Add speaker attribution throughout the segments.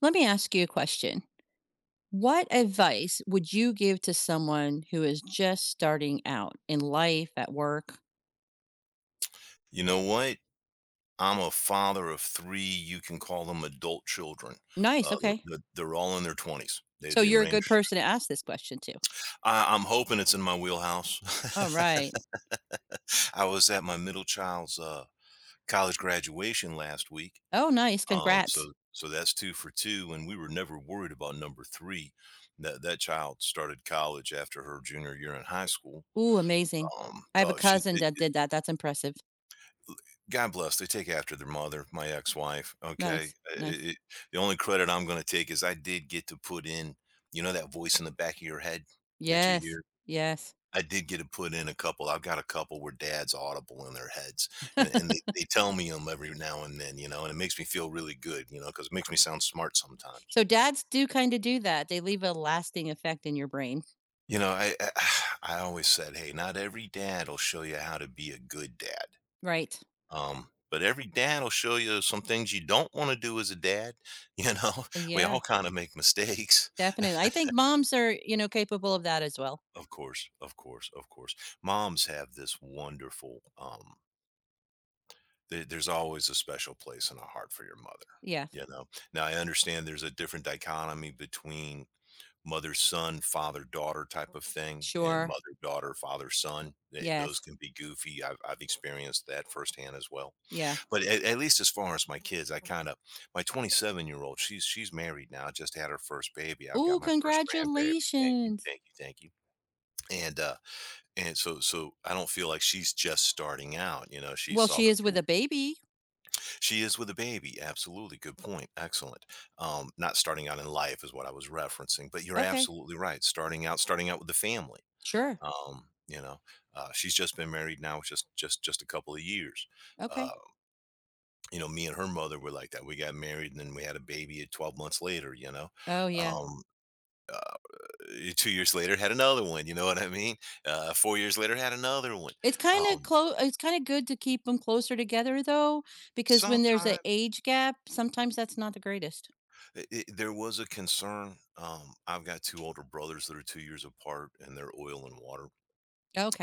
Speaker 1: Let me ask you a question. What advice would you give to someone who is just starting out in life, at work?
Speaker 2: You know what? I'm a father of 3, you can call them adult children.
Speaker 1: Nice.
Speaker 2: Uh, they're
Speaker 1: Okay.
Speaker 2: they're they're all in their 20s. They
Speaker 1: So
Speaker 2: they
Speaker 1: you're a good
Speaker 2: range.
Speaker 1: person to ask this question to.
Speaker 2: I I'm hoping it's in my
Speaker 1: All
Speaker 2: wheelhouse.
Speaker 1: right.
Speaker 2: I was at my middle child's, college graduation last week,
Speaker 1: Oh, nice.
Speaker 2: um,
Speaker 1: Congrats.
Speaker 2: so so that's 2 for 2, and we were never worried about number 3. That child started college after her junior year in high school.
Speaker 1: Ooh, amazing. I have a
Speaker 2: Oh, she—
Speaker 1: cousin that did that. That's impressive.
Speaker 2: God bless. They take after their mother, my ex-wife. Okay,
Speaker 1: Nice. Nice.
Speaker 2: the only credit I'm going to take is I did get to put in. You know that voice in the back of your head that you
Speaker 1: Yes.
Speaker 2: hear.
Speaker 1: Yes.
Speaker 2: I did get to put in a couple. I've got a couple where dad's audible in their heads, and they tell me them every now and then. You know, and it makes me feel really good. You know, because it makes me sound smart sometimes.
Speaker 1: So dads do kind of do that. They leave a lasting effect in your brain.
Speaker 2: You know, I I always said, hey, not every dad will show you how to be a good dad.
Speaker 1: Right.
Speaker 2: But every dad will show you some things you don't want to do as a dad. You know, we all
Speaker 1: Yeah.
Speaker 2: kind of make mistakes.
Speaker 1: Definitely. I think moms are capable of that as well.
Speaker 2: Of course, of course, of course. Moms have this wonderful, there's always a special place in our heart for your mother.
Speaker 1: Yeah.
Speaker 2: You know, now I understand there's a different dichotomy between mother son, father daughter type of thing and
Speaker 1: Sure.
Speaker 2: mother daughter, father son. Those
Speaker 1: Yes.
Speaker 2: can be goofy. I've experienced that firsthand as well.
Speaker 1: Yeah.
Speaker 2: But at least as far as my kids, I kind of— my 27-year-old. She's married now. Just had her first baby. I've
Speaker 1: Oh,
Speaker 2: got my first grandbaby. Thank you,
Speaker 1: congratulations.
Speaker 2: thank you, thank you. And and so I don't feel like she's just starting out. You know, she
Speaker 1: Well,
Speaker 2: saw
Speaker 1: she
Speaker 2: the
Speaker 1: is with
Speaker 2: fruit.
Speaker 1: a baby.
Speaker 2: She is with a baby. Absolutely, good point. Excellent. Not starting out in life is what I was referencing. But you're
Speaker 1: Okay.
Speaker 2: absolutely right. Starting out with the family.
Speaker 1: Sure.
Speaker 2: You know, she's just been married now, just a couple of years. Uh,
Speaker 1: Okay.
Speaker 2: you know, me and her mother were like that. We got married and then we had a baby at 12 months later, you know.
Speaker 1: Oh, yeah.
Speaker 2: Um, uh, 2 years later had another one, you know what I mean? 4 years later had another one. Um,
Speaker 1: It's kind of good to keep them closer together, though, because when there's
Speaker 2: sometime
Speaker 1: an age gap, sometimes that's not the greatest.
Speaker 2: I there was a concern. I've got 2 older brothers that are 2 years apart and they're oil and water.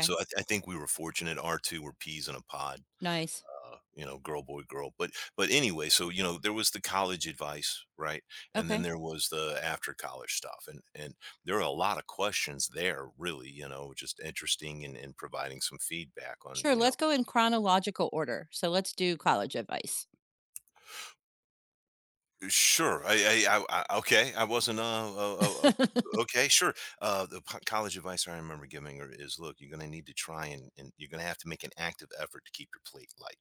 Speaker 2: So I, th- I think we were fortunate. Our 2 were peas in a pod.
Speaker 1: Nice.
Speaker 2: You know, girl, boy, girl. But anyway, so you know, there was the college advice, right? And then
Speaker 1: Okay.
Speaker 2: there was the after college stuff, and there are a lot of questions there, really. You know, just interesting and providing some feedback on,
Speaker 1: Sure,
Speaker 2: you know—
Speaker 1: let's go in chronological order. So let's do college advice.
Speaker 2: sure, I okay, I wasn't, okay, sure. The college advice I remember giving her is, look, you're going to need to try and you're going to have to make an active effort to keep your plate light.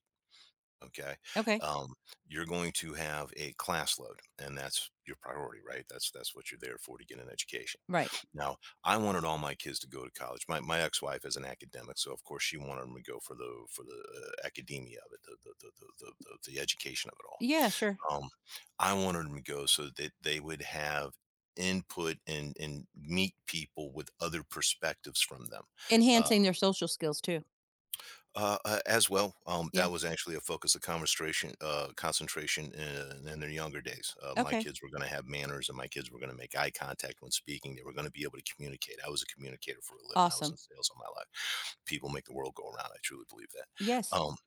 Speaker 2: Okay.
Speaker 1: Okay.
Speaker 2: Um, you're going to have a class load, and that's your priority, right? That's what you're there for, to get an education.
Speaker 1: Right.
Speaker 2: Now, I wanted all my kids to go to college. My ex-wife is an academic, so of course she wanted them to go for the academia of it, the education of it all.
Speaker 1: Yeah, sure.
Speaker 2: Um, I wanted them to go so that they would have input and meet people with other perspectives from them. Uh,
Speaker 1: Enhancing their social skills too.
Speaker 2: as well, that
Speaker 1: Yeah.
Speaker 2: was actually a focus of conversation, concentration in their younger days. My
Speaker 1: Okay.
Speaker 2: kids were going to have manners, and my kids were going to make eye contact when speaking. They were going to be able to communicate. I was a communicator for a living. I was in
Speaker 1: Awesome.
Speaker 2: sales all my life. People make the world go around. I truly believe that.
Speaker 1: Yes.
Speaker 2: Um,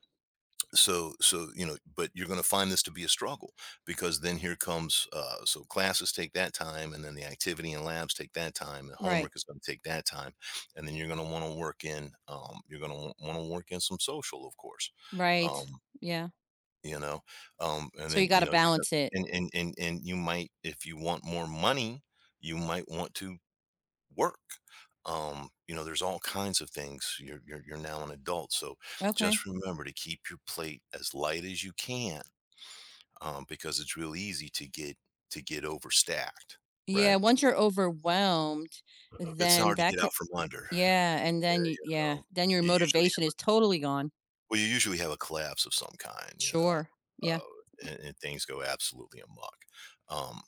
Speaker 2: so so you know, but you're going to find this to be a struggle because then here comes— so classes take that time, and then the activity and labs take that time, and
Speaker 1: Right.
Speaker 2: homework is going to take that time, and then you're going to want to work in— you're going to want to work in some social, of course. um,
Speaker 1: Right. Yeah.
Speaker 2: you know and
Speaker 1: So
Speaker 2: then,
Speaker 1: you
Speaker 2: you
Speaker 1: gotta
Speaker 2: know,
Speaker 1: balance it.
Speaker 2: and you might, if you want more money, you might want to work. You know, there's all kinds of things. You're now an adult, so
Speaker 1: Okay.
Speaker 2: just remember to keep your plate as light as you can, because it's real easy to get— to get overstacked. Right?
Speaker 1: Yeah, once you're overwhelmed,
Speaker 2: It's
Speaker 1: then
Speaker 2: hard to
Speaker 1: that
Speaker 2: get out
Speaker 1: could.
Speaker 2: from under.
Speaker 1: Yeah. And then y
Speaker 2: You
Speaker 1: yeah,
Speaker 2: know,
Speaker 1: then your
Speaker 2: you usually
Speaker 1: motivation is totally gone.
Speaker 2: Well, you usually have a collapse of some kind, you know,
Speaker 1: Sure. Yeah.
Speaker 2: and things go absolutely amok. Um,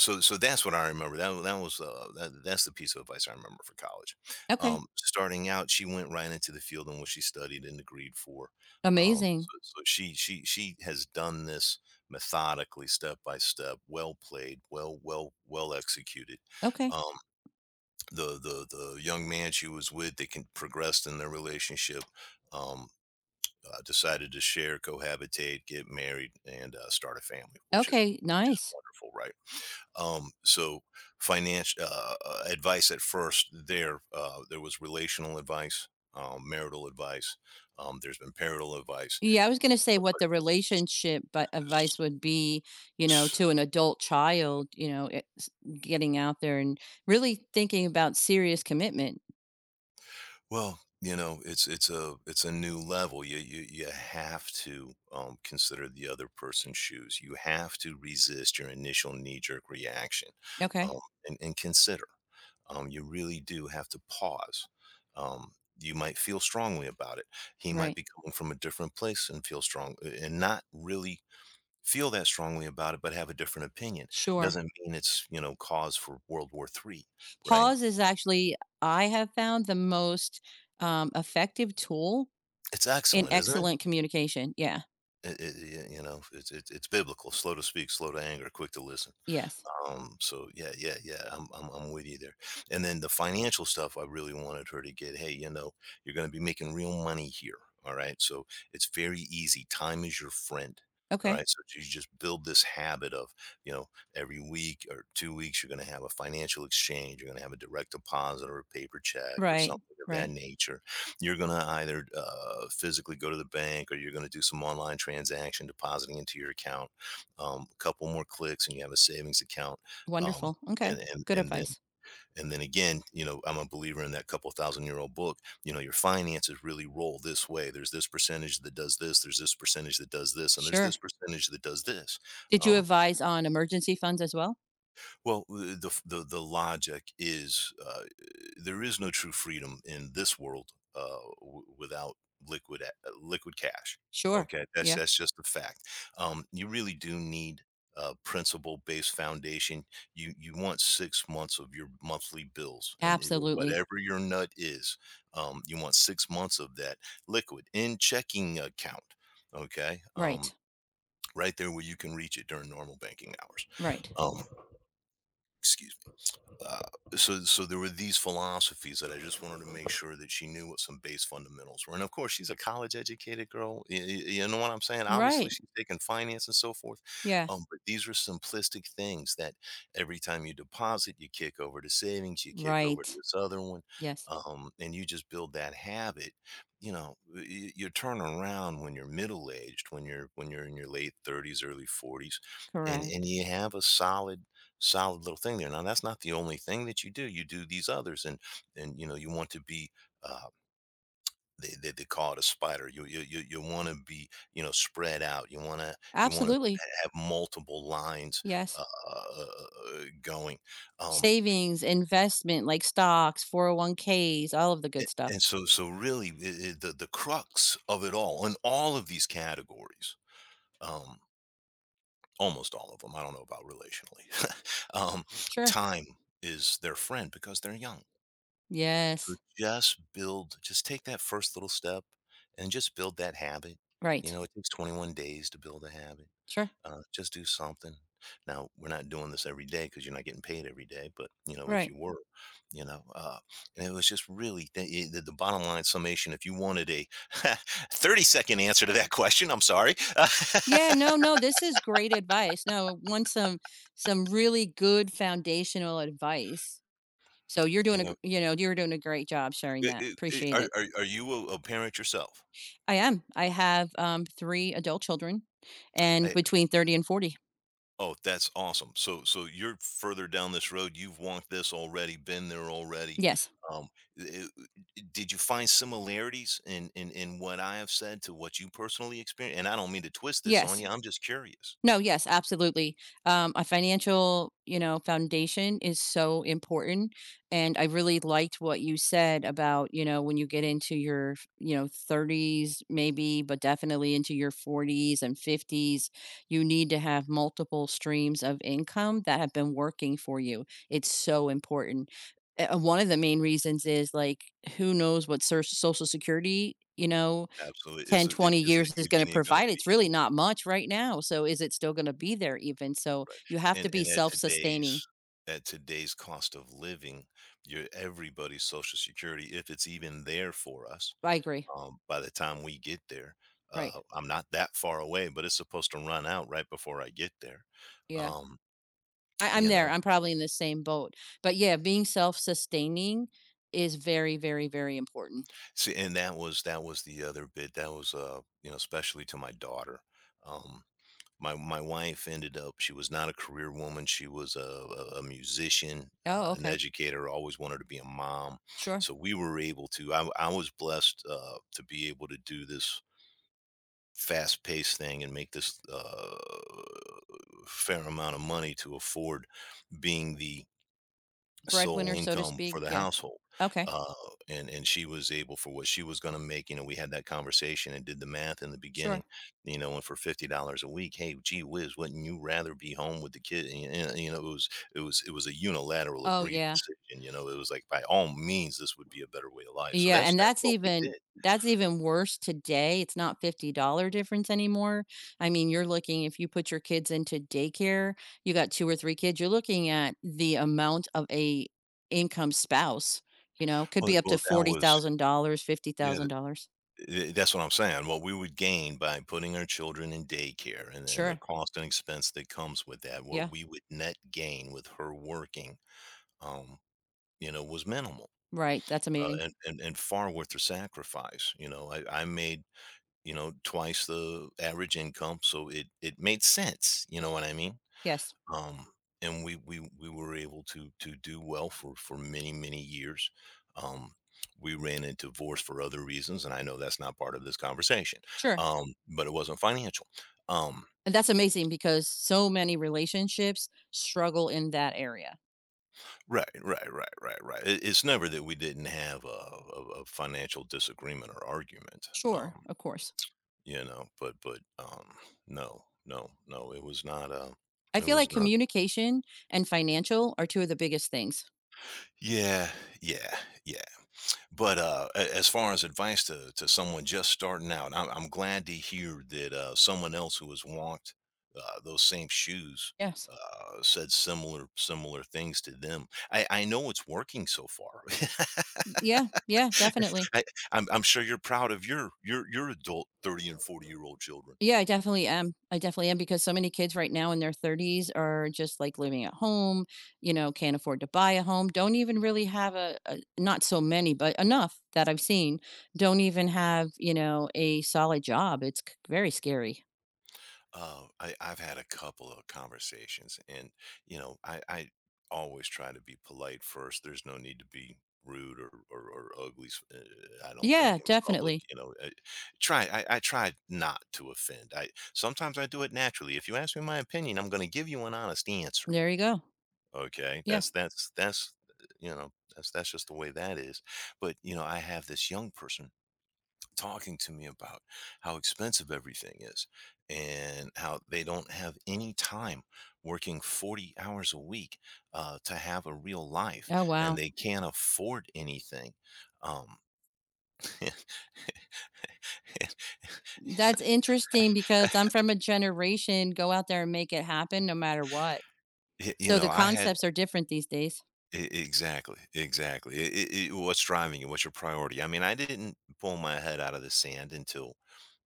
Speaker 2: so that's what I remember. That's the piece of advice I remember for college.
Speaker 1: Okay.
Speaker 2: Starting out, she went right into the field in which she studied and agreed for. Um, so,
Speaker 1: Amazing.
Speaker 2: so she has done this methodically, step by step, well played, well executed.
Speaker 1: Okay.
Speaker 2: Um, the the the young man she was with, they can progressed in their relationship. Um, decided to share, cohabitate, get married, and start a family, which is—
Speaker 1: Okay,
Speaker 2: which is
Speaker 1: nice.
Speaker 2: wonderful, right? Um, so, financial advice— at first there, there was relational advice, marital advice. There's been parental advice,
Speaker 1: Yeah, I was gonna say
Speaker 2: but,
Speaker 1: what the relationship but advice
Speaker 2: s-
Speaker 1: would be
Speaker 2: s-
Speaker 1: to an adult child. It's getting out there and really thinking about serious commitment.
Speaker 2: well, you know, it's it's a new level. You have to, consider the other person's shoes. You have to resist your initial knee jerk reaction,
Speaker 1: Okay.
Speaker 2: um, and consider. You really do have to pause. Um, you might feel strongly about it. He might
Speaker 1: Right.
Speaker 2: be coming from a different place and feel strong, and not really feel that strongly about it, but have a different opinion.
Speaker 1: Sure.
Speaker 2: Doesn't mean it's, you know, cause for World War III, right?
Speaker 1: Pause is actually, I have found the most, effective tool
Speaker 2: It's
Speaker 1: in
Speaker 2: excellent, isn't it?
Speaker 1: excellent communication. Yeah.
Speaker 2: You know, it's it's biblical. Slow to speak, slow to anger, quick to listen.
Speaker 1: Yes.
Speaker 2: So yeah, yeah, yeah, I'm with you there. And then the financial stuff, I really wanted her to get. Hey, you know, you're going to be making real money here. All right, so it's very easy. Time is your friend. All
Speaker 1: Okay.
Speaker 2: right, so you just build this habit of, you know, every week or 2 weeks, you're going to have a financial exchange. You're going to have a direct deposit or a paper check or
Speaker 1: Right.
Speaker 2: something of that
Speaker 1: Right.
Speaker 2: nature. You're going to either physically go to the bank, or you're going to do some online transaction, depositing into your account. A couple more clicks and you have a savings account. Um,
Speaker 1: Wonderful.
Speaker 2: and,
Speaker 1: Okay.
Speaker 2: and
Speaker 1: Good
Speaker 2: and then
Speaker 1: advice.
Speaker 2: and then again, you know, I'm a believer in that couple thousand year old book. You know, your finances really roll this way. There's this percentage that does this. There's this percentage that does this, and there's this
Speaker 1: Sure.
Speaker 2: percentage that does this.
Speaker 1: Did you
Speaker 2: Um,
Speaker 1: advise on emergency funds as well?
Speaker 2: well, the logic is, there is no true freedom in this world, w without liquid— a liquid cash,
Speaker 1: Sure.
Speaker 2: okay? That's
Speaker 1: Yeah.
Speaker 2: that's just a fact. You really do need a principle-based foundation. You want 6 months of your monthly bills, and— it
Speaker 1: Absolutely.
Speaker 2: whatever your nut is, you want 6 months of that liquid in checking account, okay?
Speaker 1: Right.
Speaker 2: Right there where you can reach it during normal banking hours.
Speaker 1: Right.
Speaker 2: Um, excuse uh, so so there were these philosophies that I just wanted to make sure that she knew what some base fundamentals were. And of course, she's a college educated girl. You know what I'm saying? Obviously,
Speaker 1: Right.
Speaker 2: she's taking finance and so forth.
Speaker 1: Yeah.
Speaker 2: But these are simplistic things that every time you deposit, you kick over to savings, you kick over to
Speaker 1: Right.
Speaker 2: this other one,
Speaker 1: Yes.
Speaker 2: and you just build that habit. You know, you turn around when you're middle aged, when you're in your late 30s, early 40s, and
Speaker 1: Correct.
Speaker 2: you have a solid— solid little thing there. Now, that's not the only thing that you do. You do these others, and— and you know, you want to be— Uh, they call it a spider. You want to be, you know, spread out. You want to
Speaker 1: Absolutely.
Speaker 2: have multiple lines uh,
Speaker 1: Yes.
Speaker 2: going. Um,
Speaker 1: Savings, investment like stocks, 401(k)s, all of the
Speaker 2: a-
Speaker 1: good stuff.
Speaker 2: and so so really the crux of it all in all of these categories, um, almost all of them. I don't know about relationally. um,
Speaker 1: Sure.
Speaker 2: time is their friend because they're young. So
Speaker 1: Yes.
Speaker 2: just build, just take that first little step and just build that habit. You
Speaker 1: Right.
Speaker 2: know, it takes 21 days to build a habit.
Speaker 1: Sure.
Speaker 2: Just do something. Now, we're not doing this every day because you're not getting paid every day, but you know, if
Speaker 1: Right.
Speaker 2: you were, you know, uh, and it was just really the, the bottom line summation. If you wanted a 30-second answer to that question, I'm sorry.
Speaker 1: Yeah, no, no, this is great advice. No, want some really good foundational advice. So you're doing
Speaker 2: you
Speaker 1: a
Speaker 2: know,
Speaker 1: gr you know, you're doing a great job sharing
Speaker 2: i-
Speaker 1: that.
Speaker 2: i- i-
Speaker 1: Appreciate
Speaker 2: are,
Speaker 1: it.
Speaker 2: are, are, you a parent yourself?
Speaker 1: I am. I have, 3 adult children and between 30 and 40.
Speaker 2: Oh, that's awesome. So you're further down this road. You've walked this already, been there already.
Speaker 1: Yes.
Speaker 2: Um, did you find similarities in, in what I have said to what you personally experienced? And I don't mean to twist this on
Speaker 1: Yes.
Speaker 2: you. I'm just curious.
Speaker 1: No, yes, absolutely. A financial foundation is so important. And I really liked what you said about when you get into your 30s, maybe, but definitely into your 40s and 50s, you need to have multiple streams of income that have been working for you. It's so important. One of the main reasons is like, who knows what social security, you know,
Speaker 2: Absolutely, is
Speaker 1: Ten
Speaker 2: it
Speaker 1: 20
Speaker 2: is it
Speaker 1: years is going to
Speaker 2: even going to
Speaker 1: provide.
Speaker 2: be
Speaker 1: It's really
Speaker 2: there?
Speaker 1: not much right now. So is it still going to be there? Even so, you have to
Speaker 2: And
Speaker 1: be
Speaker 2: and at
Speaker 1: self-sustaining.
Speaker 2: today's at today's cost of living, your everybody's social security, if it's even there for us,
Speaker 1: I agree.
Speaker 2: by the time we get there.
Speaker 1: Right.
Speaker 2: I'm not that far away, but it's supposed to run out right before I get there.
Speaker 1: Yeah.
Speaker 2: Um,
Speaker 1: I'm
Speaker 2: you
Speaker 1: there.
Speaker 2: know,
Speaker 1: I'm probably in the same boat. But yeah, being self-sustaining is very, very, very important.
Speaker 2: See, and that was the other bit. That was especially to my daughter. Um, my my wife ended up. She was not a career woman. She was a musician,
Speaker 1: Oh,
Speaker 2: an
Speaker 1: okay.
Speaker 2: educator. Always wanted to be a mom.
Speaker 1: Sure.
Speaker 2: So we were able to. I was blessed to be able to do this fast paced thing and make this fair amount of money to afford being the sole
Speaker 1: Breadwinner, so to
Speaker 2: income for
Speaker 1: speak.
Speaker 2: the
Speaker 1: Yeah.
Speaker 2: household.
Speaker 1: Okay.
Speaker 2: Uh, and she was able for what she was going to make. You know, we had that conversation and did the math in the beginning,
Speaker 1: Sure.
Speaker 2: you know, and for $50 a week, hey, gee whiz, wouldn't you rather be home with the kid? And, you know, it was a unilateral
Speaker 1: Oh,
Speaker 2: agreed
Speaker 1: yeah.
Speaker 2: decision. You know, it was like, by all means, this would be a better way of life. So
Speaker 1: Yeah, and
Speaker 2: that's
Speaker 1: that's
Speaker 2: what we
Speaker 1: even
Speaker 2: did.
Speaker 1: that's even worse today. It's not $50 difference anymore. I mean, you're looking if you put your kids into daycare, you got 2 or 3 kids, you're looking at the amount of a income spouse could
Speaker 2: Well,
Speaker 1: be up to
Speaker 2: well, that was,
Speaker 1: $40,000,
Speaker 2: yeah,
Speaker 1: $50,000.
Speaker 2: Th that's what I'm saying, what we would gain by putting our children in daycare and the
Speaker 1: Sure.
Speaker 2: cost and expense that comes with that, what
Speaker 1: Yeah.
Speaker 2: we would net gain with her working, um, you know, was minimal,
Speaker 1: Right. That's
Speaker 2: uh,
Speaker 1: amazing.
Speaker 2: and and and far worth the sacrifice, you know, I made, you know, twice the average income, so it made sense, you know what I mean?
Speaker 1: Yes.
Speaker 2: um, and we we were able to do well for many many years. Um, we ran into divorce for other reasons, and I know that's not part of this conversation,
Speaker 1: Sure.
Speaker 2: but it wasn't financial. Um,
Speaker 1: And that's amazing because so many relationships struggle in that area.
Speaker 2: right, right. It's never that we didn't have a financial disagreement or argument,
Speaker 1: Sure. Of course.
Speaker 2: you know. But no, no, no. It was not a.
Speaker 1: I
Speaker 2: It
Speaker 1: feel like
Speaker 2: was not.
Speaker 1: communication and financial are two of the biggest things.
Speaker 2: Yeah, yeah, yeah. But as far as advice to someone just starting out, I'm glad to hear that someone else who has walked those same shoes
Speaker 1: Yes.
Speaker 2: said similar similar things to them. I know it's working so far.
Speaker 1: Yeah, yeah, definitely.
Speaker 2: I, I'm sure you're proud of your adult 30 and 40 year old children.
Speaker 1: Yeah, I definitely am. I definitely am because so many kids right now in their 30s are just like living at home, can't afford to buy a home, don't even really have a, not so many, but enough that I've seen, don't even have a solid job. It's very scary.
Speaker 2: Oh, I've had a couple of conversations, and you know, I always try to be polite first. There's no need to be rude or ugly. I don't think
Speaker 1: Yeah,
Speaker 2: in public.
Speaker 1: definitely.
Speaker 2: You know, try. I try not to offend. I sometimes I do it naturally. If you ask me my opinion, I'm going to give you an honest answer.
Speaker 1: There you go.
Speaker 2: Okay,
Speaker 1: Yeah.
Speaker 2: that's you know that's just the way that is. But you know, I have this young person talking to me about how expensive everything is and how they don't have any time working 40 hours a week to have a real life
Speaker 1: Oh,
Speaker 2: and
Speaker 1: wow.
Speaker 2: they can't afford anything. Um, y-
Speaker 1: That's interesting because I'm from a generation, go out there and make it happen no matter what.
Speaker 2: you
Speaker 1: So
Speaker 2: know,
Speaker 1: the
Speaker 2: I had
Speaker 1: concepts are different these days.
Speaker 2: e- Exactly, exactly. What's driving you? What's your priority? I mean, I didn't pull my head out of the sand until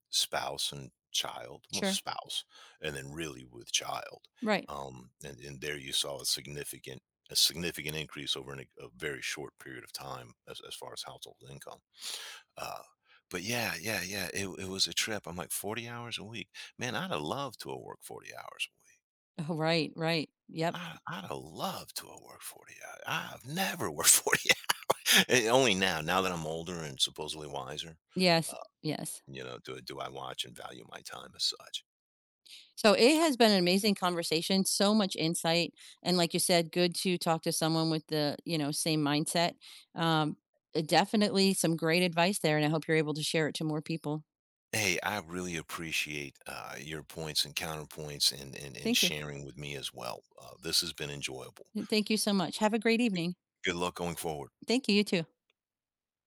Speaker 2: spouse and child, well,
Speaker 1: Sure.
Speaker 2: spouse, and then really with child.
Speaker 1: Right.
Speaker 2: And there you saw a significant increase over a very short period of time as far as household income. Uh, but yeah, yeah, yeah, it was a trip. I'm like 40 hours a week. Man, I'd have loved to have worked 40 hours a week.
Speaker 1: Oh, right, right. Yep.
Speaker 2: I'd have loved to have worked 40 hours. I've never worked 40 hours. And Only now, that I'm older and supposedly wiser,
Speaker 1: Yes.
Speaker 2: uh,
Speaker 1: Yes.
Speaker 2: you know, do I watch and value my time as such?
Speaker 1: So it has been an amazing conversation, so much insight. And like you said, good to talk to someone with the same mindset. Um, Definitely some great advice there. And I hope you're able to share it to more people.
Speaker 2: Hey, I really appreciate your points and counterpoints and, and
Speaker 1: Thank you.
Speaker 2: sharing with me as well. This has been enjoyable.
Speaker 1: And thank you so much. Have a great
Speaker 2: Good
Speaker 1: evening.
Speaker 2: Good luck going forward.
Speaker 1: Thank you. You too.